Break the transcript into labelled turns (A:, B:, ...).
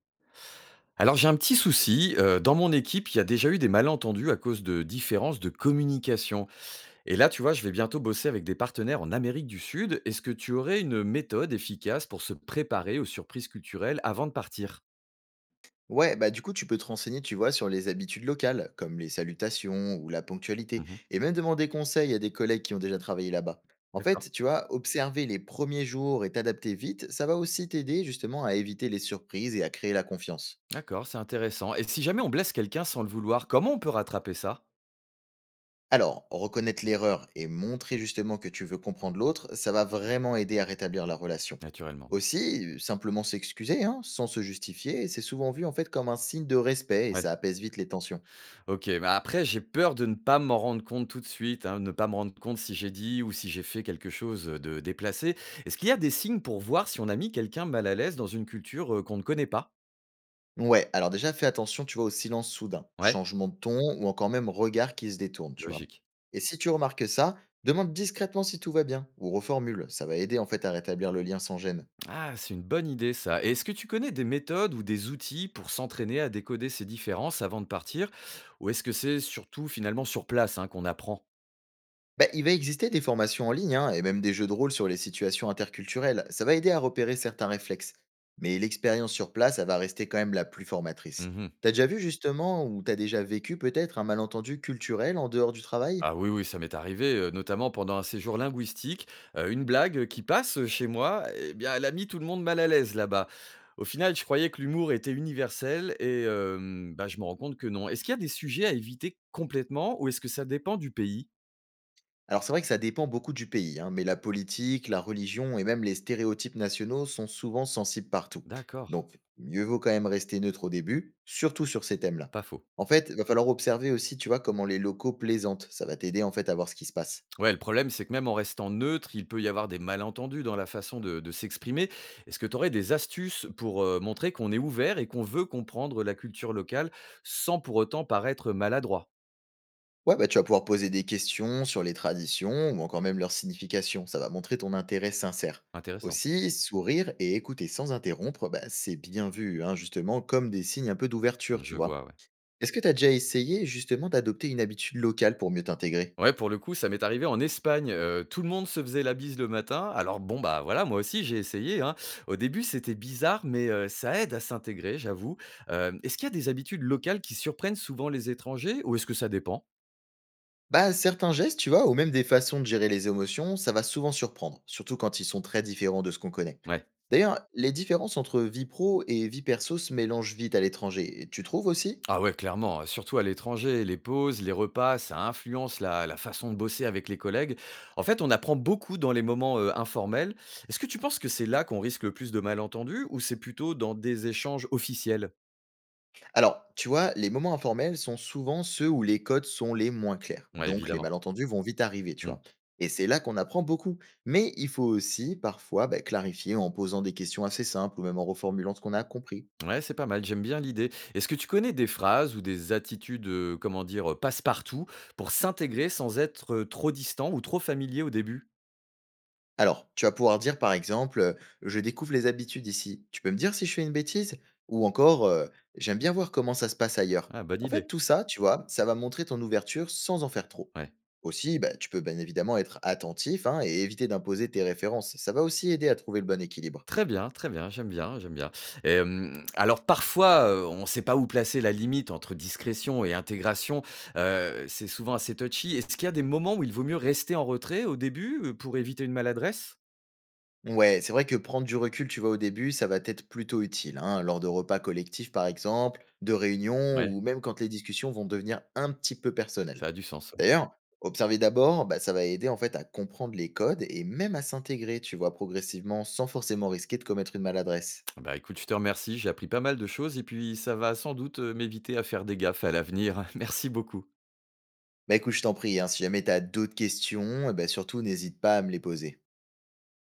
A: Alors j'ai un petit souci, dans mon équipe, il y a déjà eu des malentendus à cause de différences de communication et là, tu vois, je vais bientôt bosser avec des partenaires en Amérique du Sud. Est-ce que tu aurais une méthode efficace pour se préparer aux surprises culturelles avant de partir?
B: Ouais, bah du coup, tu peux te renseigner, tu vois, sur les habitudes locales, comme les salutations ou la ponctualité,
A: Mmh.
B: et même demander conseil à des collègues qui ont déjà travaillé là-bas. En
A: D'accord.
B: fait, tu vois, observer les premiers jours et t'adapter vite, ça va aussi t'aider justement à éviter les surprises et à créer la confiance.
A: D'accord, c'est intéressant et si jamais on blesse quelqu'un sans le vouloir, comment on peut rattraper ça?
B: Alors, reconnaître l'erreur et montrer justement que tu veux comprendre l'autre, ça va vraiment aider à rétablir la relation.
A: Naturellement.
B: Aussi, simplement s'excuser, hein, sans se justifier, c'est souvent vu en fait comme un signe de respect et ça
A: Ouais.
B: apaise vite les tensions.
A: OK, mais après j'ai peur de ne pas m'en rendre compte tout de suite, hein, de ne pas me rendre compte si j'ai dit ou si j'ai fait quelque chose, de déplacé. Est-ce qu'il y a des signes pour voir si on a mis quelqu'un mal à l'aise dans une culture, qu'on ne connaît pas?
B: Ouais, alors déjà fais attention, tu vois, au silence soudain,
A: Ouais,
B: changement de ton ou encore même regard qui se détourne, tu vois.
A: logique.
B: Et si tu remarques ça, demande discrètement si tout va bien ou reformule. Ça va aider en fait à rétablir le lien sans gêne.
A: Ah, c'est une bonne idée ça et est-ce que tu connais des méthodes ou des outils pour s'entraîner à décoder ces différences avant de partir? Ou est-ce que c'est surtout finalement sur place, hein, qu'on apprend?
B: Bah, il va exister des formations en ligne hein, et même des jeux de rôle sur les situations interculturelles. Ça va aider à repérer certains réflexes. Mais l'expérience sur place, elle va rester quand même la plus formatrice.
A: Mmh.
B: T'as déjà vu justement ou t'as déjà vécu peut-être un malentendu culturel en dehors du travail?
A: Ah oui, oui, ça m'est arrivé, notamment pendant un séjour linguistique, une blague qui passe chez moi, eh bien, elle a mis tout le monde mal à l'aise là-bas. Au final, je croyais que l'humour était universel et je me rends compte que non. Est-ce qu'il y a des sujets à éviter complètement ou est-ce que ça dépend du pays?
B: Alors c'est vrai que ça dépend beaucoup du pays, hein, mais la politique, la religion et même les stéréotypes nationaux sont souvent sensibles partout.
A: D'accord,
B: Donc mieux vaut quand même rester neutre au début, surtout sur ces thèmes-là.
A: pas faux.
B: En fait, va falloir observer aussi, tu vois, comment les locaux plaisantent. Ça va t'aider en fait à voir ce qui se passe.
A: Ouais, le problème, c'est que même en restant neutre, il peut y avoir des malentendus dans la façon de s'exprimer. Est-ce que tu aurais des astuces pour, montrer qu'on est ouvert et qu'on veut comprendre la culture locale sans pour autant paraître maladroit?
B: Ouais, bah tu vas pouvoir poser des questions sur les traditions ou encore même leur signification. Ça va montrer ton intérêt sincère.
A: Intéressant.
B: Aussi, sourire et écouter sans interrompre, bah, c'est bien vu, hein, justement, comme des signes un peu d'ouverture, tu
A: Je
B: vois.
A: vois, ouais.
B: Est-ce que tu as déjà essayé justement d'adopter une habitude locale pour mieux t'intégrer?
A: Ouais, pour le coup, ça m'est arrivé en Espagne. Tout le monde se faisait la bise le matin. Alors bon, bah voilà, moi aussi j'ai essayé, hein. Au début, c'était bizarre, mais ça aide à s'intégrer, j'avoue. Est-ce qu'il y a des habitudes locales qui surprennent souvent les étrangers ou est-ce que ça dépend?
B: Bah, certains gestes, tu vois, ou même des façons de gérer les émotions, ça va souvent surprendre, surtout quand ils sont très différents de ce qu'on connaît.
A: Ouais.
B: D'ailleurs, les différences entre vie pro et vie perso se mélangent vite à l'étranger, et tu trouves aussi?
A: Ah ouais, clairement. Surtout à l'étranger, les pauses, les repas, ça influence la façon de bosser avec les collègues. En fait, on apprend beaucoup dans les moments informels. Est-ce que tu penses que c'est là qu'on risque le plus de malentendus ou c'est plutôt dans des échanges officiels?
B: Alors, tu vois, les moments informels sont souvent ceux où les codes sont les moins clairs,
A: Ouais,
B: donc les
A: évidemment.
B: malentendus vont vite arriver, tu vois. Et c'est là qu'on apprend beaucoup. Mais il faut aussi parfois bah, clarifier en posant des questions assez simples ou même en reformulant ce qu'on a compris.
A: Ouais, c'est pas mal, j'aime bien l'idée. Est-ce que tu connais des phrases ou des attitudes, comment dire, passe-partout pour s'intégrer sans être, trop distant ou trop familier au début?
B: Alors, tu vas pouvoir dire par exemple, «Je découvre les habitudes ici. Tu peux me dire si je fais une bêtise?» ou encore, «J'aime bien voir comment ça se passe ailleurs».
A: Ah, bonne
B: En fait,
A: idée.
B: tout ça, tu vois, ça va montrer ton ouverture sans en faire trop.
A: Ouais.
B: Aussi, bah, tu peux bien évidemment être attentif, hein, et éviter d'imposer tes références. Ça va aussi aider à trouver le bon équilibre.
A: Très bien, j'aime bien, j'aime bien. Et mmh, alors parfois, on ne sait pas où placer la limite entre discrétion et intégration, c'est souvent assez touchy. Est-ce qu'il y a des moments où il vaut mieux rester en retrait au début, pour éviter une maladresse?
B: Ouais, c'est vrai que prendre du recul, tu vois, au début, ça va être plutôt utile, hein, lors de repas collectifs par exemple, de réunions
A: Ouais,
B: ou même quand les discussions vont devenir un petit peu personnelles.
A: ça a du sens.
B: D'ailleurs, observer d'abord, bah, ça va aider en fait à comprendre les codes et même à s'intégrer, tu vois, progressivement, sans forcément risquer de commettre une maladresse.
A: Bah écoute, je te remercie, j'ai appris pas mal de choses et puis ça va sans doute m'éviter à faire des gaffes à l'avenir. Merci beaucoup.
B: Bah écoute, je t'en prie, hein, si jamais t'as d'autres questions, eh ben, surtout n'hésite pas à me les poser.